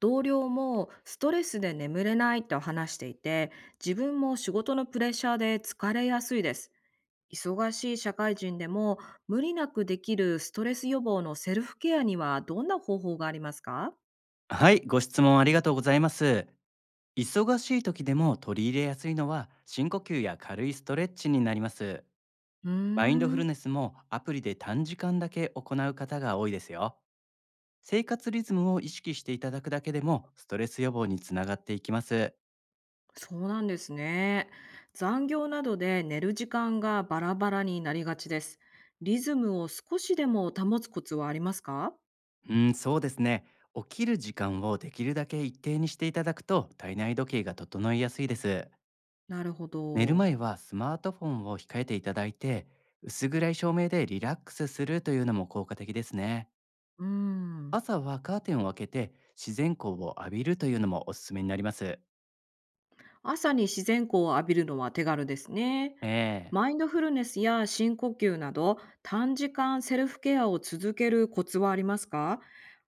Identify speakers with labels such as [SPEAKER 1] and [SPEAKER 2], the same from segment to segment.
[SPEAKER 1] 同僚もストレスで眠れないと話していて、自分も仕事のプレッシャーで疲れやすいです。忙しい社会人でも無理なくできるストレス予防のセルフケアにはどんな方法がありますか？
[SPEAKER 2] はい、ご質問ありがとうございます。忙しい時でも取り入れやすいのは深呼吸や軽いストレッチになります。
[SPEAKER 1] うー
[SPEAKER 2] マインドフル
[SPEAKER 1] ん。
[SPEAKER 2] ネスもアプリで短時間だけ行う方が多いですよ。生活リズムを意識していただくだけでもストレス予防につながっていきます。
[SPEAKER 1] そうなんですね。残業などで寝る時間がバラバラになりがちです。リズムを少しでも保つコツはありますか？
[SPEAKER 2] うん、そうですね。起きる時間をできるだけ一定にしていただくと体内時計が整いやすいです。
[SPEAKER 1] なるほ
[SPEAKER 2] 寝る
[SPEAKER 1] ど。
[SPEAKER 2] 前はスマートフォンを控えていただいて、薄暗い照明でリラックスするというのも効果的ですね。
[SPEAKER 1] うーん。
[SPEAKER 2] 朝はカーテンを開けて自然光を浴びるというのもおすすめになります。
[SPEAKER 1] 朝に自然光を浴びるのは手軽ですね。
[SPEAKER 2] ええ。
[SPEAKER 1] マインドフルネスや深呼吸など短時間セルフケアを続けるコツはありますか？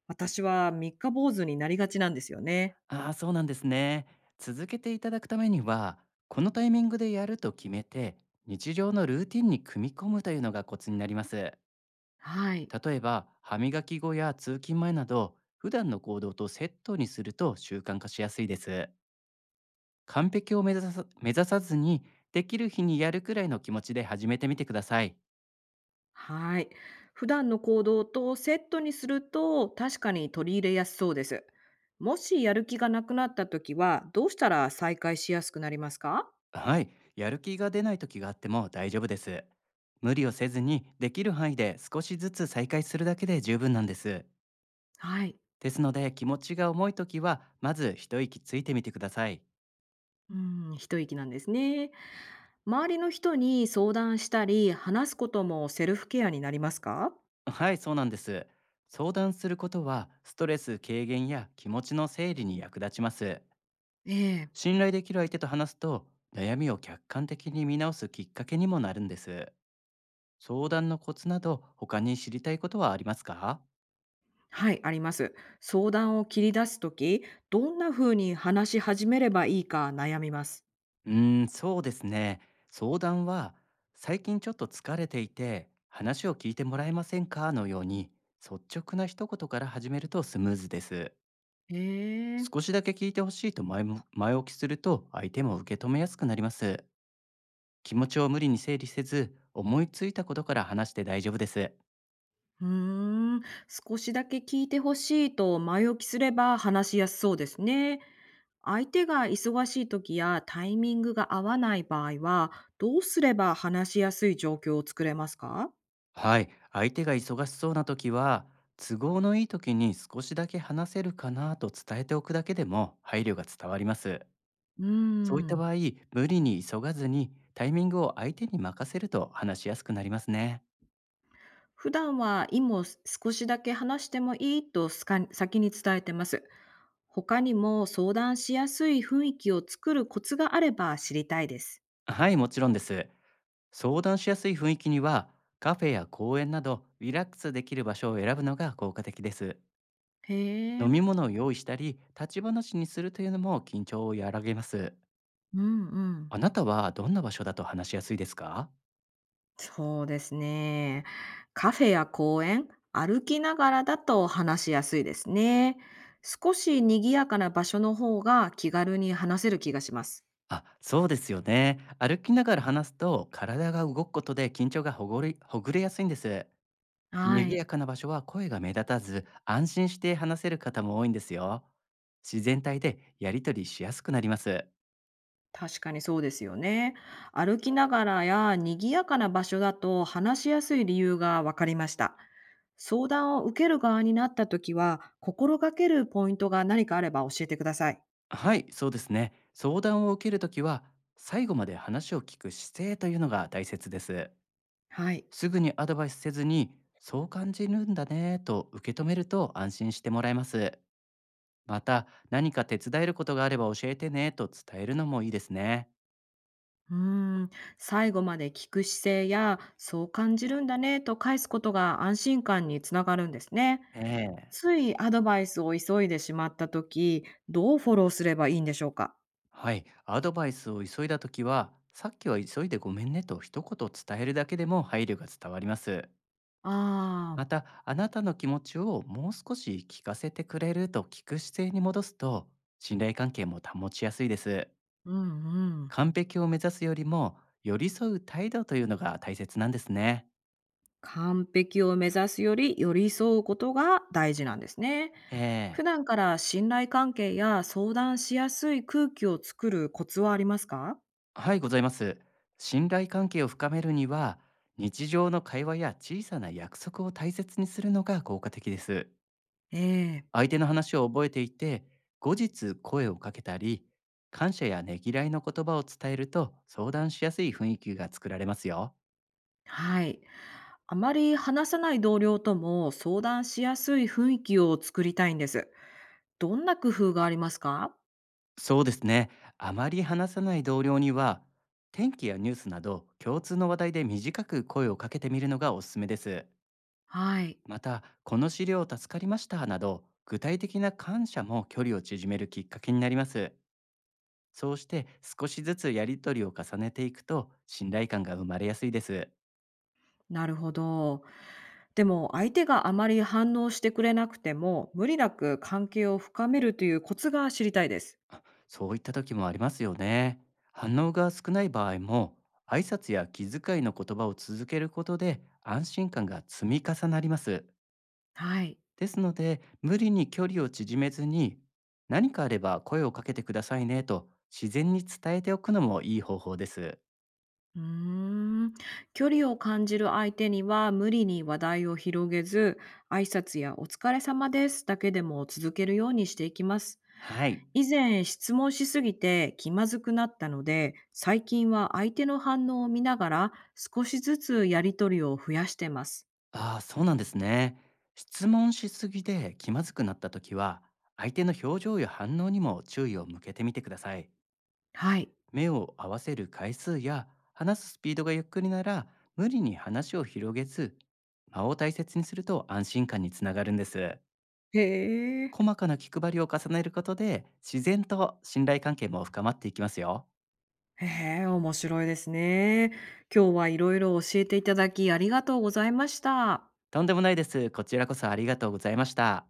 [SPEAKER 1] 私は三日坊主になりがちなんですよね。
[SPEAKER 2] ああ、そうなんですね。続けていただくためには、このタイミングでやると決めて、日常のルーティンに組み込むというのがコツになります。
[SPEAKER 1] はい。
[SPEAKER 2] 例えば、歯磨き後や通勤前など、普段の行動とセットにすると習慣化しやすいです。完璧を目指さずに、できる日にやるくらいの気持ちで始めてみてください。
[SPEAKER 1] はい。普段の行動とセットにすると確かに取り入れやすそうです。もしやる気がなくなった時はどうしたら再開しやすくなりますか？
[SPEAKER 2] はい、やる気が出ない時があっても大丈夫です。無理をせずにできる範囲で少しずつ再開するだけで十分なんです。
[SPEAKER 1] はい。
[SPEAKER 2] ですので、気持ちが重い時はまず一息ついてみてください。
[SPEAKER 1] うん、一息なんですね。周りの人に相談したり、話すこともセルフケアになりますか？
[SPEAKER 2] はい、そうなんです。相談することはストレス軽減や気持ちの整理に役立ちます。
[SPEAKER 1] ええ、
[SPEAKER 2] 信頼できる相手と話すと、悩みを客観的に見直すきっかけにもなるんです。相談のコツなど他に知りたいことはありますか？
[SPEAKER 1] はい、あります。相談を切り出すとき、どんな風に話し始めればいいか悩みます。
[SPEAKER 2] うーん、そうですね。相談は、最近ちょっと疲れていて、話を聞いてもらえませんかのように、率直な一言から始めるとスムーズです。
[SPEAKER 1] ええ。
[SPEAKER 2] 少しだけ聞いてほしいと前置きすると、相手も受け止めやすくなります。気持ちを無理に整理せず、思いついたことから話して大丈夫です。
[SPEAKER 1] うーん、少しだけ聞いてほしいと前置きすれば話しやすそうですね。相手が忙しいときやタイミングが合わない場合は、どうすれば話しやすい状況を作れますか？
[SPEAKER 2] はい、相手が忙しそうな時は、都合のいい時に少しだけ話せるかなと伝えておくだけでも配慮が伝わります。
[SPEAKER 1] うー
[SPEAKER 2] そういった
[SPEAKER 1] ん。
[SPEAKER 2] 場合、無理に急がずにタイミングを相手に任せると話しやすくなりますね。
[SPEAKER 1] 普段は今少しだけ話してもいいとすか先に伝えてます。他にも相談しやすい雰囲気を作るコツがあれば知りたいです。
[SPEAKER 2] はい、もちろんです。相談しやすい雰囲気には、カフェや公園などリラックスできる場所を選ぶのが効果的です。
[SPEAKER 1] へえ、
[SPEAKER 2] 飲み物を用意したり、立ち話にするというのも緊張を和らげます。
[SPEAKER 1] うんうん。
[SPEAKER 2] あなたはどんな場所だと話しやすいですか？
[SPEAKER 1] そうですね。カフェや公園、歩きながらだと話しやすいですね。少し賑やかな場所の方が気軽に話せる気がします。
[SPEAKER 2] あ、そうですよね。歩きながら話すと体が動くことで緊張がほぐれやすいんです。
[SPEAKER 1] は
[SPEAKER 2] 賑
[SPEAKER 1] い。
[SPEAKER 2] やかな場所は声が目立たず、安心して話せる方も多いんですよ。自然体でやり取りしやすくなります。
[SPEAKER 1] 確かにそうですよね。歩きながらや賑やかな場所だと話しやすい理由が分かりました。相談を受ける側になった時は心がけるポイントが何かあれば教えてください。
[SPEAKER 2] はい、そうですね。相談を受けるときは、最後まで話を聞く姿勢というのが大切です。
[SPEAKER 1] はい。
[SPEAKER 2] すぐにアドバイスせずに、そう感じるんだねと受け止めると安心してもらえます。また、何か手伝えることがあれば教えてねと伝えるのもいいですね。
[SPEAKER 1] うーん、最後まで聞く姿勢やそう感じるんだねと返すことが安心感につながるんですね。
[SPEAKER 2] ええ。
[SPEAKER 1] ついアドバイスを急いでしまった時、どうフォローすればいいんでしょうか。
[SPEAKER 2] はい、アドバイスを急いだ時は、さっきは急いでごめんねと一言伝えるだけでも配慮が伝わります。ま
[SPEAKER 1] ああ
[SPEAKER 2] た、あなたの気持ちをもう少し聞かせてくれると聞く姿勢に戻すと、信頼関係も保ちやすいです。
[SPEAKER 1] ー、うんうん。
[SPEAKER 2] 完璧を目指すよりも、寄り添う態度というのが大切なんですね。
[SPEAKER 1] 完璧を目指すより寄り添うことが大事なんですね。普
[SPEAKER 2] ええ。
[SPEAKER 1] 段から信頼関係や相談しやすい空気を作るコツはありますか？
[SPEAKER 2] はい、ございます。信頼関係を深めるには、日常の会話や小さな約束を大切にするのが効果的です。
[SPEAKER 1] ええ、
[SPEAKER 2] 相手の話を覚えていて、後日声をかけたり、感謝やねぎらいの言葉を伝えると相談しやすい雰囲気が作られますよ。
[SPEAKER 1] はい。あまり話さない同僚とも相談しやすい雰囲気を作りたいんです。どんな工夫がありますか？
[SPEAKER 2] そうですね。あまり話さない同僚には、天気やニュースなど共通の話題で短く声をかけてみるのがおすすめです。
[SPEAKER 1] はい。
[SPEAKER 2] また、この資料助かりましたなど、具体的な感謝も距離を縮めるきっかけになります。そうして少しずつやり取りを重ねていくと信頼感が生まれやすいです。
[SPEAKER 1] なるほど。でも相手があまり反応してくれなくても無理なく関係を深めるというコツが知りたいです。
[SPEAKER 2] あ、そういった時もありますよね。反応が少ない場合も、挨拶や気遣いの言葉を続けることで安心感が積み重なります。
[SPEAKER 1] はい。
[SPEAKER 2] ですので、無理に距離を縮めずに、何かあれば声をかけてくださいねと自然に伝えておくのもいい方法です。
[SPEAKER 1] うーん距離を感じる相手には無理に話題を広げず、挨拶や「お疲れ様です」だけでも続けるようにしていきます。
[SPEAKER 2] はい。
[SPEAKER 1] 以前質問しすぎて気まずくなったので、最近は相手の反応を見ながら少しずつやり取りを増やしてます。
[SPEAKER 2] ああ、そうなんですね。質問しすぎで気まずくなった時は、相手の表情や反応にも注意を向けてみてください。
[SPEAKER 1] はい。
[SPEAKER 2] 目を合わせる回数や話すスピードがゆっくりなら、無理に話を広げず、間を大切にすると安心感につながるんです。
[SPEAKER 1] へえ、
[SPEAKER 2] 細かな気配りを重ねることで自然と信頼関係も深まっていきますよ。
[SPEAKER 1] へえ、面白いですね。今日はいろいろ教えていただきありがとうございました。
[SPEAKER 2] とんでもないです。こちらこそありがとうございました。